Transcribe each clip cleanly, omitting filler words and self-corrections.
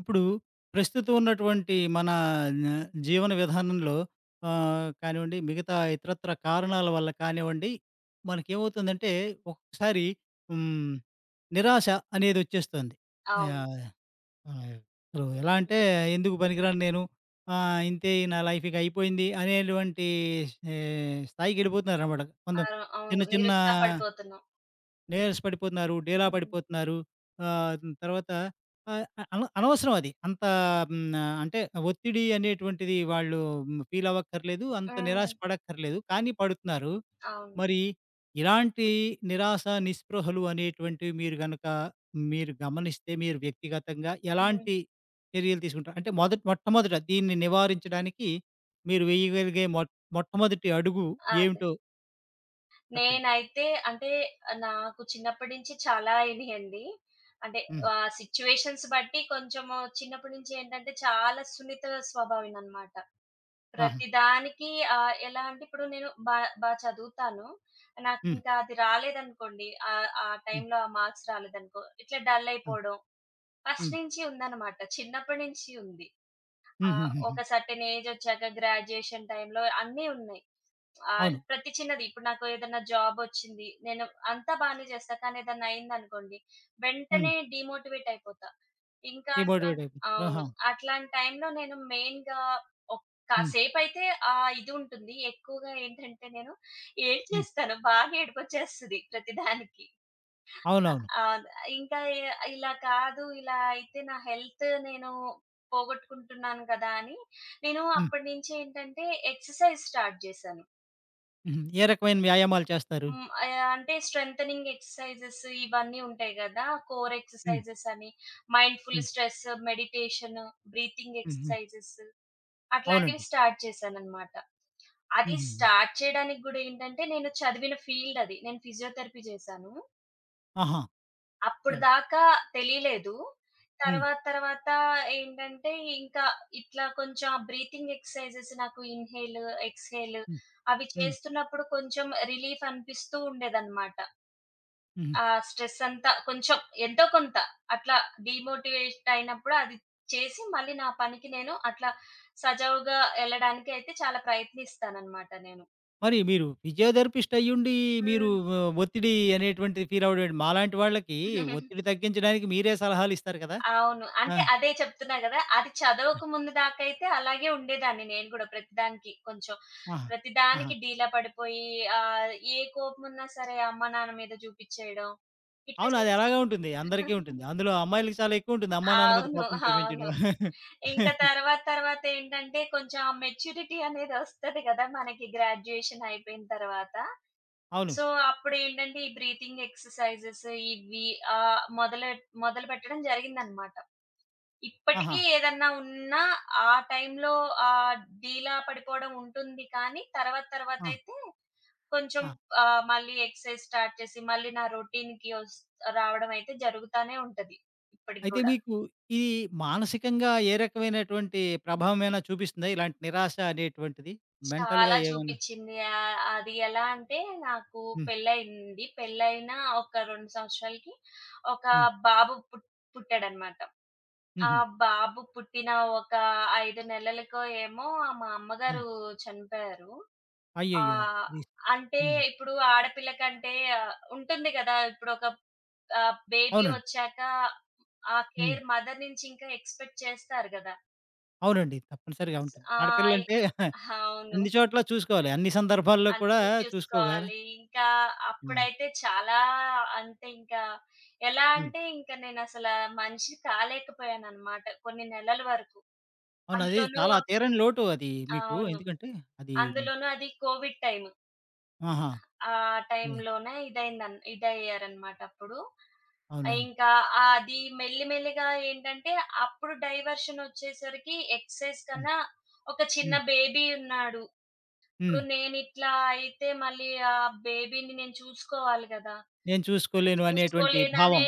ఇప్పుడు ప్రస్తుతం ఉన్నటువంటి మన న జీవన విధానంలో కానివ్వండి, మిగతా ఇతరత్ర కారణాల వల్ల కానివ్వండి, మనకేమవుతుందంటే ఒక్కొక్కసారి హ్మ్, నిరాశ అనేదొచ్చేస్తుంది. అవును. యాహ్! ఆహ్, ఇప్పుడు ఎలా అంటే ఎందుకు పనికిరాను నేను, ఇంతే నా లైఫ్ ఇక అయిపోయింది అనేటువంటి ఎ స్థాయికెళ్ళిపోతున్నారనమాట. కొంత అవును. అవును. చిన్న చిన్న నిరుత్సాహపడిపోతున్నాం. నీరస పడిపోతున్నారు, డీలా హ్మ్. పడిపోతున్నారు. ఆహ్, తర్వాత ఆహ్, అనవసరం అది. అంత అంటే ఒత్తిడి అనేటువంటిది వాళ్ళు ఫీల్ అవ్వక్కర్లేదు. అంత హ్మ్. నిరాశ పడక్కర్లేదు. కానీ పడుతున్నారు. అవును. మరి ఇలాంటి నిరాశ, నిస్పృహలు అనేటువంటివి మీరు గనక మీరు గమనిస్తే మీరు వ్యక్తిగతంగా హ్మ్. ఎలాంటి చర్యలు తీసుకుంటారు? అంటే మొట్టమొదట దీన్ని నివారించడానికి మీరు వేయగలిగే మొట్టమొదటి అడుగు అదే. ఏమిటో చెప్పండి? నేనైతే అంటే నాకు చిన్నప్పటి నుంచి చాలా అయినాయండి. అంటే హ్మ్. ఆ సిట్యుయేషన్స్ బట్టి కొంచెము చిన్నప్పటి నుంచి ఏంటంటే చాలా సున్నిత స్వభావిననమాట. ఆహా! ప్రతిదానికి ఎలా అంటే ఇప్పుడు నేను బా బా చదువుతాను. హ్మ్. నాకింకా అది రాలేదనుకోండి. ఆ హ్మ్. హ్మ్. టైంలో ఆ మార్క్స్ రాలేదనుకో, ఇట్లా డల్ అవును. అయిపోవడం ఫస్ట్ హ్మ్. నుంచి ఉందనమాట. చిన్నప్పటి నుంచి ఉంది. ఆ! హుహుహుహు. ఒక సర్టెన్ ఏజ్ ఒచ్చాక గ్రాడ్యుయేషన్ టైమ్‌లో అన్నీ ఉన్నాయి. అవును. ప్రతి చిన్నది ఇప్పుడు నాకు ఏదన్నా జాబొచ్చింది. నేను అంతా బానే చేస్తా. కానీ ఏదన్నా అయిందనుకోండి, హ్మ్. వెంటనే డీమోటివేట్ అయిపోతా. ఇంకా అట్లా డిమోటివేట్ అయిపోతు అవును. ఆహా! అట్లాంటి టైమ్‌లో నేను మెయిన్‌గా ఒక్ హ్మ్. కాసేపైతే ఆ ఇది ఉంటుంది. ఎక్కువగా ఏంటంటే నేను హ్మ్. ఏడ్చేస్తాను. బాగా ఏడుపొచ్చేస్తది ప్రతి దానికి. అవునవును. ఆ! ఇంకా ఎ ఇలా కాదు, ఇలా అయితే నా హెల్త్ నేను పోగొట్టుకుంటున్నాను కదా! అని నేను హ్మ్. అప్పటి నుంచి ఏంటంటే ఎక్సర్‌సైజ్ స్టార్ట్ చేశాను. హుహు. ఏ రకమైన వ్యాయామాలు చేస్తారు? హ్మ్. అంటే స్ట్రెంథెనింగ్ ఎక్సర్‌సైజెస్ ఇవన్నీ ఉంటాయి కదా! కోర్ హ్మ్. ఎక్సర్‌సైజెస్ అని, మైండ్‌ఫుల్ హ్మ్. స్ట్రెస్, మెడిటేషన్, బ్రీతింగ్ హ్మ్. హ్మ్. ఎక్సర్‌సైజెస్ అట్లాంటివి అవునండి. స్టార్ట్ చేశాననమాట. అది హుహుహు. స్టార్ట్ చేయడానికి గూడా ఏంటంటే నేను చదివిన ఫీల్డ్ అది. నేను ఫిజియోథెరపీ చేశాను. ఆహా! మీరు అప్పటిదాకా తెలీలేదు. హ్మ్. తర్వాత తర్వాత ఏంటంటే, ఇంకా ఇట్లా కొంచెం బ్రీతింగ్ ఎక్సర్‌సైజెస్ నాకు ఇన్‌హేల్, ఎక్స్‌హేల్ హ్మ్. అవి హ్మ్. చేస్తున్నప్పుడు కొంచెం రిలీఫ్ అనిపిస్తూ ఉండేదనమాట. హుహు. ఆ స్ట్రెస్ అంతా కొంచెం ఎంతో కొంత అట్లా డీమోటివేట్ అయినప్పుడు అది చేసి మళ్ళీ నా పనికి నేను అట్లా సజావుగా ఎళ్ళడానికైతే చాలా ప్రయత్నిస్తాననమాట నేను. మరి మీరు ఫిజియోథెరపిస్ట్ అయ్యుండి మీరు హ్మ్. ఒత్తిడి అనేటువంటిది ఫీల్ అవ్వడం మాలాంటి వాళ్ళకి ఒత్తిడి తగ్గించడానికి మీరే సలహాలు ఇస్తారు కదా! అవును. ఆ! అంటే అదే చెప్తున్నా గదా! అది చదవక ముందు దాకైతే అలాగే ఉండేదాన్ని నేను గూడా ప్రతిదానికి కొంచెం. ఆహా! ఆహా! ప్రతిదానికి డీలా పడిపోయి ఏ కోపమున్నా సరే అమ్మ, నాన్న మీద చూపిచ్చేయడం. ఇట్లా అవును. అది చేసి అలాగే ఉంటుంది. అందరికీ ఉంటుంది. అందులో అమ్మాయిలకి చాలా ఎక్కువ ఉంటుంది. అమ్మానాన్న మీద అవును. కోపం అవును. చూపించడం. ఇంకా తర్వాత తర్వాత ఏంటంటే కొంచెం ఆ మెచ్యూరిటీ అనేది ఒస్తది గదా! మనకి గ్రాడ్యుయేషన్ అయిపోయిన తర్వాత. అవును. సో, అప్పుడేంటంటే ఈ బ్రీతింగ్ ఎక్సర్‌సైజెస్ ఇవి మొదలుపెట్టడం జరిగిందనమాట. ఆహా! ఇప్పటికీ ఏదన్నా ఉన్నా ఆ టైంలో డీలా పడిపోవడం ఉంటుంది కానీ, తర్వాత ఆ! తర్వాతయితే కొంచెం ఆ! మళ్ళీ ఎక్సర్‌సైజ్ స్టార్ట్ చేసి, మళ్ళీ నా రొటీన్‌కి రావడం అయితే జరుగుతానే ఉంటది. ఇప్పటికి అయితే గూడా. మీకు ఇది మానసికంగా ఏ రకమైనటువంటి ప్రభావమైనా చూపిస్తుందా? ఇలాంటి నిరాశ అనేటువంటిది? మెంటల్‌గా చాలా ఏమైనా చూపిచ్చింది. అది ఎలా అంటే నాకు హ్మ్. పెళ్లయింది. పెళ్లయిన ఒక 2 సంవత్సరాలకి ఒక హ్మ్. బాబు పుట్టాడనమాట. ఆ హుహు. బాబు పుట్టిన ఒక 5 నెలలకో ఏమో మా అమ్మగారు హ్మ్. చనిపోయారు. ఆ! అయ్యయ్యో! ఇది అంటే హ్మ్. ఇప్పుడు ఆడపిల్లకంటే ఉంటుంది కదా! ఇప్పుడు ఒక బేబీ అవునండి. వచ్చాక ఆ హ్మ్. కేర్ మదర్ నుంచి ఇంకా ఎక్స్‌పెక్ట్ చేస్తారు కదా! అవునండి. తప్పనిసరిగా స్ ఉంటుంది. ఆహ్, ఆడపిల్లంటే అవును. అన్ని చోట్ల చూసుకోవాలి. అన్ని సందర్భాల్లో కూడా అన్నీ చూసుకోవాలి. చూసుకోవాలి. ఇంకా ఆ! అప్పుడైతే చాలా అంటే ఇంకా ఎలా హ్మ్. అంటే ఇంకా మనిషి కాలేకపోయానన్నమాట కొన్ని నెలల వరకు. అవును. అది అందులోనూ చాలా అప్ తీరని లోటు అది మీకు. అవును. ఎందుకంటే అది అందులోనూ అది కోవిడ్ టైమ్. ఆహా! ఆ అది. టైంలోనే ఇదయ్యారనమాట అప్పుడు. అవునవును. ఇంకా అది మెల్లి మెల్లిగా ఏంటంటే, అప్పుడు డైవర్షనొచ్చేసరికి ఎక్సైజ్ హ్మ్. కన్నా ఒక చిన్న హ్మ్. బేబీ ఉన్నాడు. హ్మ్. ఇప్పుడు నేనిట్లా అయితే మళ్ళీ ఆ బేబీని నేను చూసుకోవాలి గదా! నేను చూసుకోలేను అనేటువంటి భావం. చూసుకోలేననే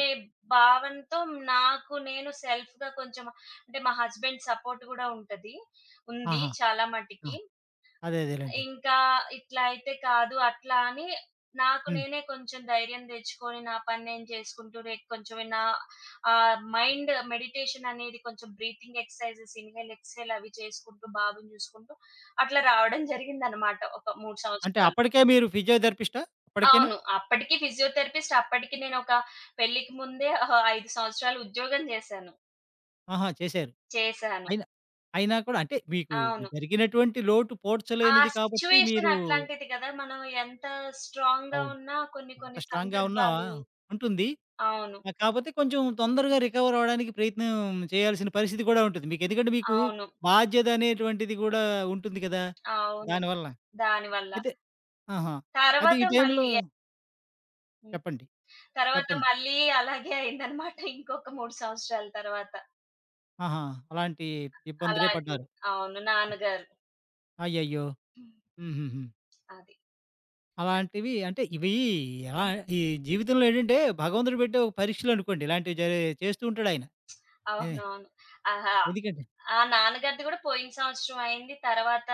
భావనతో నాకు నేను సెల్ఫ్‌గా కొంచెం అంటే మా హస్బెండ్ సపోర్ట్ గూడా ఉంటది. ఉంది ఆహా! చాలా ఆ! మటికి. అదే అదేలెండి. ఇంకా ఇట్లా అయితే కాదు, అట్లా అని నాకు హ్మ్. నేనే కొంచెం ధైర్యం తెచ్చుకొని, నా పని నేను చేసుకుంటూ, రేపు కొంచెం నా మైండ్ మెడిటేషన్ అనేది కొంచెం బ్రీతింగ్ ఎక్సర్‌సైజెస్, ఇన్‌హేల్, ఎక్స్‌హేల్ అవి చేసుకుంటూ, బాబుని చూసుకుంటూ అట్లా రావడం జరిగిందనమాట ఒక 3 అంటే సంవత్సరాలు. అప్పటికే మీరు ఫిజియోథెరపిస్టా? అప్పటికేనా? అవును. అప్పటికి ఫిజియోథెరపిస్ట్ అప్పటికి నేనొక పెళ్ళికి ముందే 5 సంవత్సరాలు ఉద్యోగం చేశాను. ఆహా! చేశారు. చేశాను. అయినా అయినా కూడా అంటే మీకు అవును. జరిగినటువంటి లోటు ఆ పూడ్చలేనిది కాబట్టి సిట్యుయేషన్ మీరు అట్లాంటిది కదా! మనం ఎంత స్ట్రాంగ్‌గా అవును. ఉన్నా కొన్ని ఎంత కొన్ని స్ట్రాంగ్‌గా ఉన్నా సందర్భాలు ఉంటుంది. అవును. కాపోతే కొంచెం తొందరగా రికవర్ అవ్వడానికి ప్రయత్నం చేయాల్సిన పరిస్థితి కూడా ఉంటుంది మీకు. ఎందుకంటే మీకు అవును. బాధ్యత అనేటువంటిది కూడా ఉంటుంది కదా! అవును. దానివల్ల. దానివల్ల. అయితే ఆహా! అయితే తర్వాత ఈ టైంలో మళ్ళీ ఎ హ్మ్. చెప్పండి. తర్వాత చెప్పండి. మళ్ళీ అలాగే అయిందనమాట. ఇంకొక 3 సంవత్సరాల తర్వాత. ఆహా! అలాంటి ఇబ్బందులే అలాగే. పడ్డారు. అవును. నాన్నగారు. అయ్యయ్యో! హ్మ్. హుహుహు. అది. అలాంటివి అంటే ఇవి ఎలా ఈ జీవితంలో ఏంటంటే భగవంతుడు పెట్టే ఒక పరీక్షలు అనుకోండి. ఇలాంటివి చేస్తూ ఉంటాడాయన. ఏ అవునవును. ఆహా! ఎందుకంటే ఆ నాన్నగారిది గూడా పోయిన సంవత్సరం అయింది. తర్వాత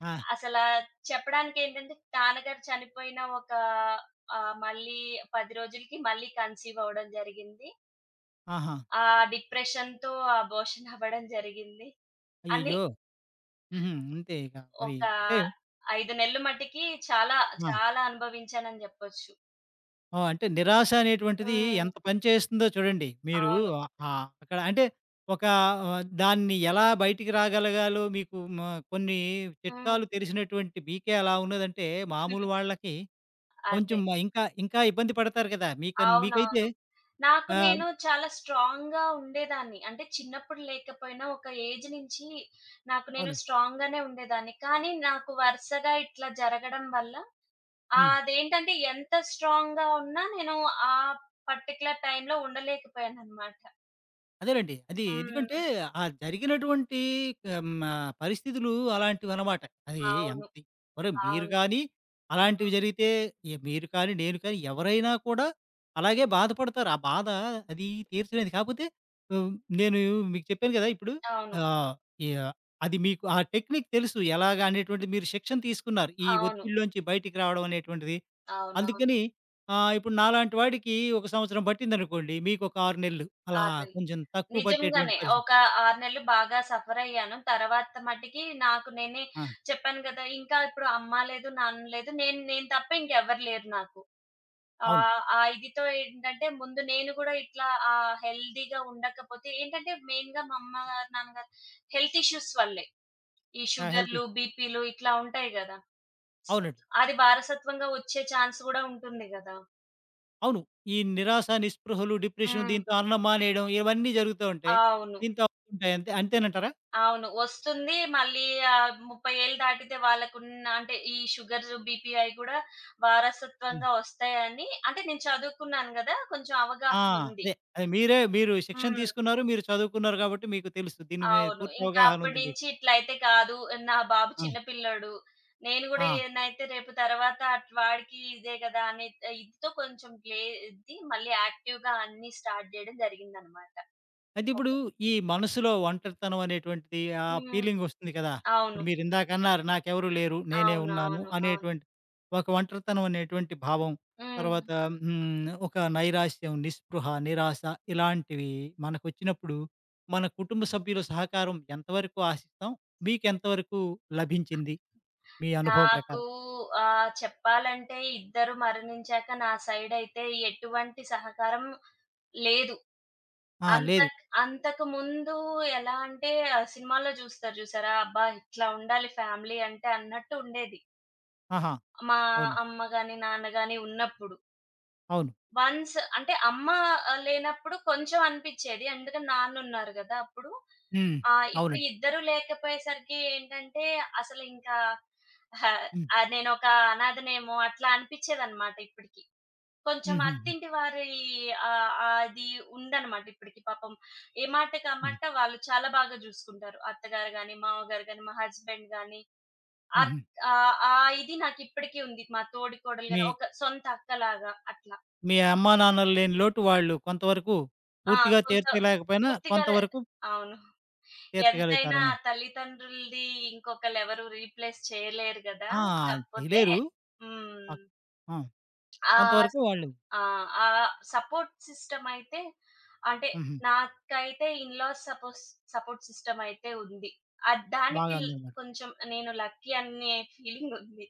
ఆ! అసలా చెప్పడానికేంటంటే, నాన్నగారు చనిపోయిన ఒక మళ్ళీ 10 రోజులకి మళ్ళీ కన్సీవ్ అవ్వడం జరిగింది. ఆహా! ఆ డిప్రెషన్‌తో అబోర్షన్ అవ్వడం జరిగింది. అని అయ్యయ్యో! హుహు. అంతే ఇక మరి ఒక అంటే 5 నెలలు మటికి చాలా, ఆ! చాలా అనుభవించానని జెప్పొచ్చు. ఓహ్! అంటే నిరాశ అనేటువంటిది హ్మ్. ఎంత పని చేస్తుందో చూడండి. మీరు అవును. అక్కడ అంటే ఒక దాన్ని ఎలా బయటికి రాగలగాలో మీకు కొన్ని హ్మ్. చిట్కాలు తెలిసినటువంటి మీకే అలా ఉన్నదంటే మామూలు వాళ్ళకి అదే. కొంచెం ఇంకా, ఇంకా ఇబ్బంది పడతారు కదా! మీకైతే అవునవును. నాకు ఆహ్, నేను చాలా స్ట్రాంగ్‌గా ఉండేదాన్ని. అంటే చిన్నప్పుడు లేకపోయినా ఒక ఏజ్ నుంచి నాకు నేను అవును. స్ట్రాంగ్‌గానే ఉండేదాన్ని. కానీ నాకు వరుసగా ఇట్లా జరగడం వల్ల హ్మ్. అదేంటంటే ఎంత స్ట్రాంగ్‌గా ఉన్నా నేను ఆ పర్టిక్యులర్ టైమ్‌లో ఉండలేకపోయాననమాట. అదేనండి. అది హ్మ్. ఎందుకంటే, ఆ జరిగినటువంటి పరిస్థితులు అలాంటివనమాట. అది అవును. ఎంతి మరి మీరు అవును. గాని, అలాంటివి హ్మ్. జరిగితే ఎ మీరు కానీ, నేను కానీ ఎవరైనా కూడా అలాగే బాధపడతారు. ఆ బాధ అది తీర్చలేదు. కాకపోతే హ్మ్, నేను మీకు చెప్పాను కదా! ఇప్పుడు అవును. ఆహ్, యాహ్! అది మీకు ఆ టెక్నిక్ తెలుసు. ఎలాగా అనేటువంటిది మీరు శిక్షణ తీసుకున్నారు. ఈ అవును. ఒత్తిడిలోంచి బయటికి రావడం అనేటువంటిది. అవును. అందుకని ఆ! ఇప్పుడు నాలాంటి వాడికి ఒక సంవత్సరం పట్టిందనుకోండి. మీకొక 6 నెలలు. అలా 6 నెలలు. కొంచెం తక్కువ పట్టేటువంటి నిజంగానే. పరిస్థితి. ఒక 6 నెలలు బాగా సఫరయ్యాను. తర్వాత మటికి నాకు నేనే ఆ! చెప్పాను గదా! ఇంకా ఇప్పుడు అమ్మ లేదు, నాన్న లేదు. నేను నేను తప్ప ఇంకెవ్వరు లేరు నాకు. అవును. ఆ ఇదితో ఏంటంటే ముందు నేను గూడా ఇట్లా హెల్తీగా ఉండకపోతే ఏంటంటే మెయిన్‌గా మా అమ్మ గారు, నాన్నగారు హెల్త్ ఇష్యూస్ వల్లే. ఈ ఆ! హెల్త్ షుగర్‌లు, ఇష్యూ. బీపీలు ఇట్లా ఉంటాయి గదా! అవునండి. అది వారసత్వంగా వచ్చే ఛాన్స్ గూడా ఉంటుంది గదా! అవును. ఈ నిరాశ, నిస్పృహలు, డిప్రెషన్ హ్మ్. దీంతో అన్నం మానేయడం ఇవన్నీ జరుగుతూ ఉంటాయి. అవును. దీంతో అవుతుంటాయి అంతే. అంతేనంటారా? అవును. వస్తుంది. మళ్ళీ 30 ఏళ్ళు దాటితే వాళ్ళకున్న అంటే ఈ షుగర్, బీపీ అయి గూడా హ్మ్. వారసత్వంగా వస్తాయని అంటే నేను చదువుకున్నాను గదా! కొంచెం ఆ! అవగాహనుంది. అదే. అదే మీరు శిక్షణ హ్మ్. తీసుకున్నారు. మీరు చదువుకున్నారు కాబట్టి మీకు తెలుసు. దీని మీద అవును. పూర్తి ఇంకా అవగాహన అప్పటి ఉంది నుంచి మీకు. ఇట్లయితే కాదు. నా బాబు ఆ! చిన్న పిల్లోడు. నేను గూడా ఆ! ఏదైతే రేపు తర్వాత వాడికి ఇదే గదా! అనే ఇదితో కొంచెం ఇది మళ్ళీ యాక్టివ్‌గా అన్నీ స్టార్ట్ జేయడం జరిగిందనమాట. అయితే ఇప్పుడు ఓకే. ఈ మనసులో ఒంటరితనం అనేటువంటిది ఆ హ్మ్. ఫీలింగ్ వస్తుంది కదా! అవును. ఇప్పుడు మీరు ఇందాక అన్నారు నాకెవరు లేరు. నేనే అవును. ఉన్నాను అవును. అవును. అనేటువంటి ఒక ఒంటరితనం అనేటువంటి భావం. హ్మ్. తర్వాత హ్మ్. ఒక నైరాశ్యం, నిస్పృహ, నిరాశ ఇలాంటివి మనకొచ్చినప్పుడు మన కుటుంబ సభ్యుల సహకారం ఎంతవరకు ఆశిస్తాం? మీకెంతవరకు లభించింది మీ అనుభవం నాకు ప్రకారం? చెప్పాలంటే ఇద్దరు మరణించాక నా సైడ్ అయితే ఎటువంటి సహకారం లేదు. ఆ! లేదు. అంతకుముందు ఎలా అంటే సినిమాల్లో చూస్తారు చూసారా? అబ్బా! ఇట్లా ఉండాలి ఫ్యామిలీ అంటే అన్నట్టు ఉండేది. ఆహా! మా అవును. అమ్మ గాని, నాన్న గాని ఉన్నప్పుడు. అవును. వన్స్ అంటే అమ్మ లేనప్పుడు కొంచెం అనిపిచ్చేది. ఎందుకంటే నాన్నున్నారు గదా! అప్పుడు. హ్మ్. ఇప్పుడు అవునండి. ఇద్దరు లేకపోయేసరికి ఏంటంటే అసలింకా అహ! హ్మ్. నేనొక అనాథనేమో అట్లా అనిపిచ్చేదనమాట ఇప్పటికి. కొంచెం హుహుహు. అత్తింటి వారి ఆహ్, అది ఉందనమాట ఇప్పటికి పాపం. ఏ మాటకి ఆ హ్మ్. మాట వాళ్ళు చాలా బాగా జూసుకుంటారు. అత్తగారు గాని, మామగారు గాని, మా హస్బెండ్ గాని హుహు. అత్ ఆ ఇది నాకిప్పటికి ఉంది. మా తోడికోడలు మీ గాని ఒక సొంత అక్కలాగా అట్లా. మీ అమ్మానాన్నలు లేని లోటు వాళ్ళు కొంతవరకు ఆ! పూర్తిగా కొంత తీర్చలేకపోయినా పూర్తిగా కొంతవరకు అవును. ఎంతైనా తీర్చగలుగుతారను. తల్లిదండ్రులది ఇంకొకళ్ళెవరు రీప్లేస్ చేయలేరు గదా! ఆ! కాకపోతే చేయలేరు. హ్మ్. పక్ ఆ! ఆహ్, కొంతవరకు వాళ్ళు ఆ! ఆ సపోర్ట్ సిస్టమ్ అయితే అంటే హుహు. నాకైతే ఇన్‌లాస్ సపోస్ సపోర్ట్ సిస్టమ్ అయితే ఉంది. దానికి బాగా ల్ ఉందన్నమాట. కొంచెం నేను లక్కీ అనే ఫీలింగ్ ఉంది.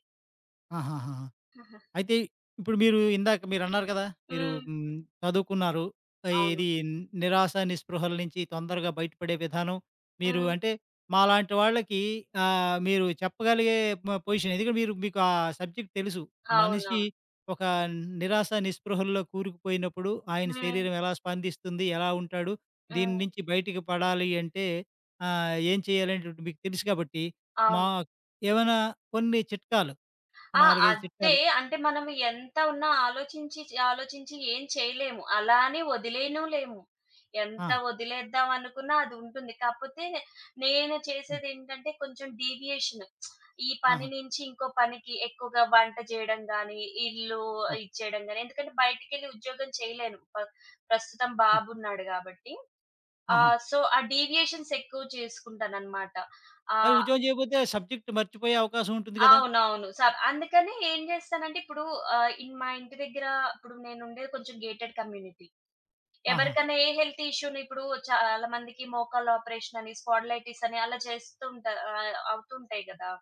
ఆహాహాహా! అయితే ఇప్పుడు మీరు ఇందాక మీరన్నారు కదా! మీరు హ్మ్. చదువుకున్నారు. ఆ, అవును. ఇది నిరాశ, నిస్పృహల నుంచి తొందరగా బయటపడే విధానం మీరు హ్మ్. అంటే మాలాంటి వాళ్ళకి మీరు చెప్పగలిగే మ పొజిషన్. ఎందుకంటే మీరు మీకు ఆ సబ్జెక్ట్ తెలుసు. మనిషి అవునవును. ఒక నిరాశ, నిస్పృహల్లో కూరుకుపోయినప్పుడు ఆయన హ్మ్. శరీరం ఎలా స్పందిస్తుంది? ఎలా ఉంటాడు? హ్మ్. దీని నుంచి బయటికి పడాలి అంటే ఏం చేయాలనేటువంటిది మీకు తెలుసు కాబట్టి మా అవును. ఏమైనా కొన్ని చిట్కాలు ఒక ఆ! 4, 5 అంతే. చిట్కాలు అంటే మనం ఎంత ఉన్నా ఆలోచించి ఏం చేయలేము. అలా అని వదిలేయను లేము. ఎంత ఆ! వదిలేద్దాం అనుకున్నా అది ఉంటుంది. కాకపోతే నేను చేసేదేంటంటే కొంచెం డీవియేషన్. ఈ పని ఆహా! నుంచి ఇంకో పనికి ఎక్కువగా వంట చేయడం గాని, ఇల్లు ఆ! ఇచ్చేయడం గాని, ఎందుకంటే బయటికెళ్ళి ఉద్యోగం చేయలేను. ప్రస్తుతం ఆ! బాబున్నాడు గాబట్టి. ఆహా! సో, ఆ డీవియేషన్స్ ఎక్కువ చేసుకుంటాననమాట. మరి ఆహ్, ఉద్యోగం చేయకపోతే సబ్జెక్ట్ మర్చిపోయే అవకాశం ఉంటుంది కదా! అవునవును. అందుకని ఏం చేస్తానంటే ఇప్పుడు మా ఇంటి దగ్గర ఇప్పుడు నేనుండేది కొంచెం గేటెడ్ కమ్యూనిటీ. ఆహా! ఎవరికైనా ఏ హెల్త్ ఇష్యూని ఇప్పుడు చాలా మందికి మోకాళ్ళ ఆపరేషన్ అని, స్పాండిలైటిస్ అని అలా చేస్తుంట అవుతుంటాయి గదా!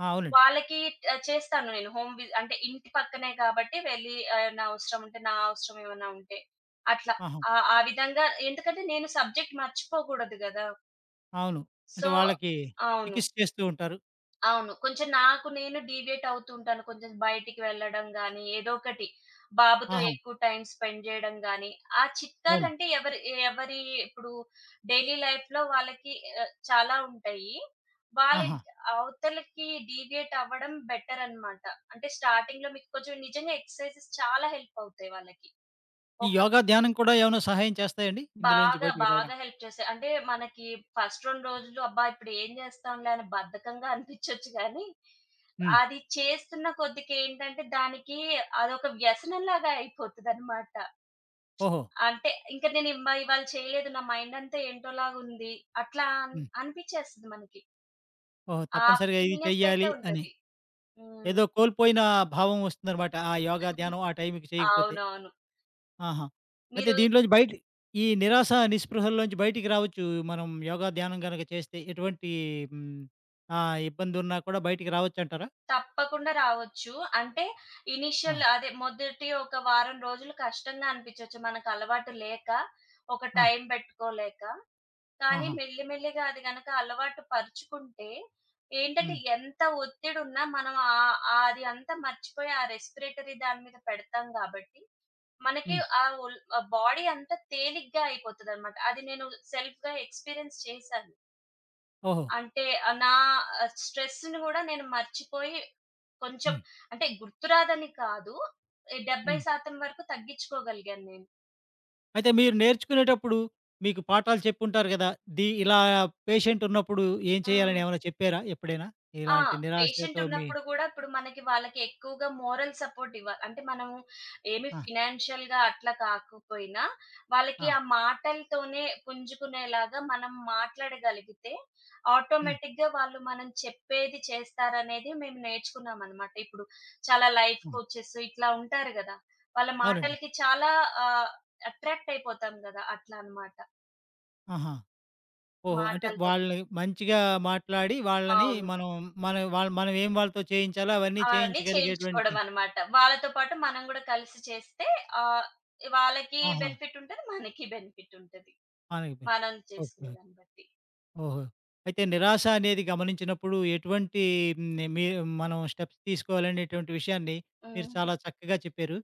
ఆ! అవునండి. వాళ్ళకి చేస్తాను నేను హోమ్ వి అంటే ఇంటి పక్కనే కాబట్టి వెళ్ళి నా అవసరం ఏమన్నా ఉంటే అట్లా. ఆహా! ఆ ఆ విధంగా ఎందుకంటే నేను సబ్జెక్ట్ మర్చిపోకూడదు గదా! అవును. అంటే సో వాళ్ళకి అవును. చికిత్స చేస్తూ ఉంటారు. అవును. కొంచెం నాకు నేను డీవియేట్ అవుతుంటాను. కొంచెం బయటికి వెళ్ళడం గానీ, ఏదో ఒకటి బాబుతో ఆహా! ఎక్కువ టైమ్ స్పెండ్ జేయడం గానీ, ఆ అవును. చిట్కాలంటే ఎవరి ఎవరి ఇప్పుడు డైలీ లైఫ్‌లో వాళ్ళకి చాలా ఉంటాయి. వాళ్ళ ఆహా! అవతలకి డీవియేట్ అవ్వడం బెటరనమాట. అంటే స్టార్టింగ్‌లో మీకు కొంచెం నిజంగా ఎక్సర్‌సైజెస్ చాలా హెల్ప్ అవుతాయి వాళ్ళకి. ఈ ఒక యోగా, ధ్యానం కూడా ఏమైనా సహాయం చేస్తాయండి? ఇందులో నుంచి బాగా, బయటికి బాగా రావడానికి? హెల్ప్ చేశాయి. అంటే మనకి ఫస్ట్ 2 రోజులు అబ్బా! ఇప్పుడు ఏం చేస్తాంలే అని బద్ధకంగా అనిపించొచ్చు గానీ, హ్మ్. అది చేస్తున్న కొద్దికి ఏంటంటే దానికి అదొక వ్యసనంలాగా అయిపోతదనమాట. ఓహో! అంటే ఇంక నేను ఇవాళ చేయలేదు నా మైండ్ అంతా ఏంటోలాగుంది. అట్లా అన్ హ్మ్. అనిపిచ్చేస్తది మనకి. ఓహో! ఆ తప్పనిసరిగా ఇది ఫ్రీనెస్ అయితే చెయ్యాలి అని. ఉంటది. హ్మ్. ఏదో కోల్పోయిన భావం వస్తుందనమాట. ఆ యోగా, ధ్యానం ఆ టైంకి చేయకపోతే. అవునవును. ఆహా! అయితే మీరు దీంట్లోంచి బయట ఈ నిరాశ, నిస్పృహల్లోంచి బయటికి రావచ్చు. మనం యోగా, ధ్యానం గనక చేస్తే ఎటువంటి హ్మ్, ఇబ్బందున్నా కూడా బయటికి రావచ్చంటారా? తప్పకుండా రావచ్చు. అంటే ఆ! ఇనీషియల్ అదే మొదటి ఒక వారం రోజులు కష్టంగా అనిపించొచ్చు మనకు అలవాటు లేక, ఒక ఆ! టైం పెట్టుకోలేక. కానీ ఆహా! మెల్లిమెల్లిగా అది గనక అలవాటు పరుచుకుంటే ఏంటంటే హ్మ్. ఎంత ఒత్తిడున్నా మనం ఆహ్, ఆహ్, అది అంతా మర్చిపోయి ఆ రెస్పిరేటరీ దాని మీద పెడతాం గాబట్టి, మనకి హ్మ్. ఆ బాడీ అంతా తేలిగ్గా అయిపోతదనమాట. అది నేను సెల్ఫ్‌గా ఎక్స్‌పీరియన్స్ చేశాను. ఓహో! అంటే నా స్ట్రెస్‌ని గూడా నేను మర్చిపోయి కొంచెం హ్మ్. అంటే గుర్తురాదని కాదు. హ్మ్. 70% వరకు తగ్గించుకోగలిగాను అయితే మీరు నేర్చుకునేటప్పుడు మీకు పాఠాలు చెప్పుంటారు గదా! ఇలా పేషెంట్ ఉన్నప్పుడు ఏం చేయాలని నేను. ఏమైనా చెప్పారా ఎప్పుడైనా? ఆ! ఇలాంటి పేషెంట్ నిరాశతో మీ ఉన్నప్పుడు గూడా ఇప్పుడు మనకి వాళ్ళకి ఎక్కువగా మోరల్ సపోర్ట్ ఇవ్వాలి. అంటే మనము ఏమి ఆ! ఫినాన్షియల్‌గా అట్లా కాకపోయినా, వాళ్ళకి ఆ! ఆ మాటలతోనే పుంజుకునేలాగా మనం మాట్లాడగలిగితే, హ్మ్. ఆటోమేటిక్‌గా వాళ్ళు మనం చెప్పేది చేస్తారనేది మేము నేర్చుకున్నామనమాట. ఇప్పుడు చాలా లైఫ్ హ్మ్. కోచెస్ ఇట్లా ఉంటారు గదా! వాళ్ళ అవునండి. మాటలకి చాలా ఆహ్, అట్రాక్ట్ అయిపోతాం గదా! అట్లా అనమాట. ఆహా! ఓహో! అంటే మాటలతో. వాళ్ళని మంచిగా మాట్లాడి వాళ్ళని అవును. మనం మన వాళ్ళు మనం ఏం వాళ్ళతో చేయించాలో అవన్నీ అవన్నీ చేయించగలిగేటువంటి చేయించుకోవడం అనమాట. వాళ్ళతో పాటు మనం గూడా కలిసి చేస్తే ఆహ్, వాళ్ళకి ఆహా! బెనిఫిట్ ఉంటది. మనకి బెనిఫిట్ ఉంటది. మానిగిపోయారు. మనం ఓకే. చేసుకునే ఓకే. దాన్ని బట్టి. ఓహో! అయితే నిరాశ అనేది గమనించినప్పుడు ఎటువంటి మీ మనం స్టెప్స్ తీసుకోవాలనేటువంటి విషయాన్ని మీరు హ్మ్. చాలా చక్కగా చెప్పారు.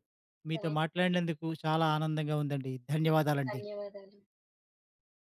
మీతో ధన్ మాట్లాడినందుకు చాలా ఆనందంగా ఉందండి. ధన్యవాదాలండి. ధన్యవాదాలు.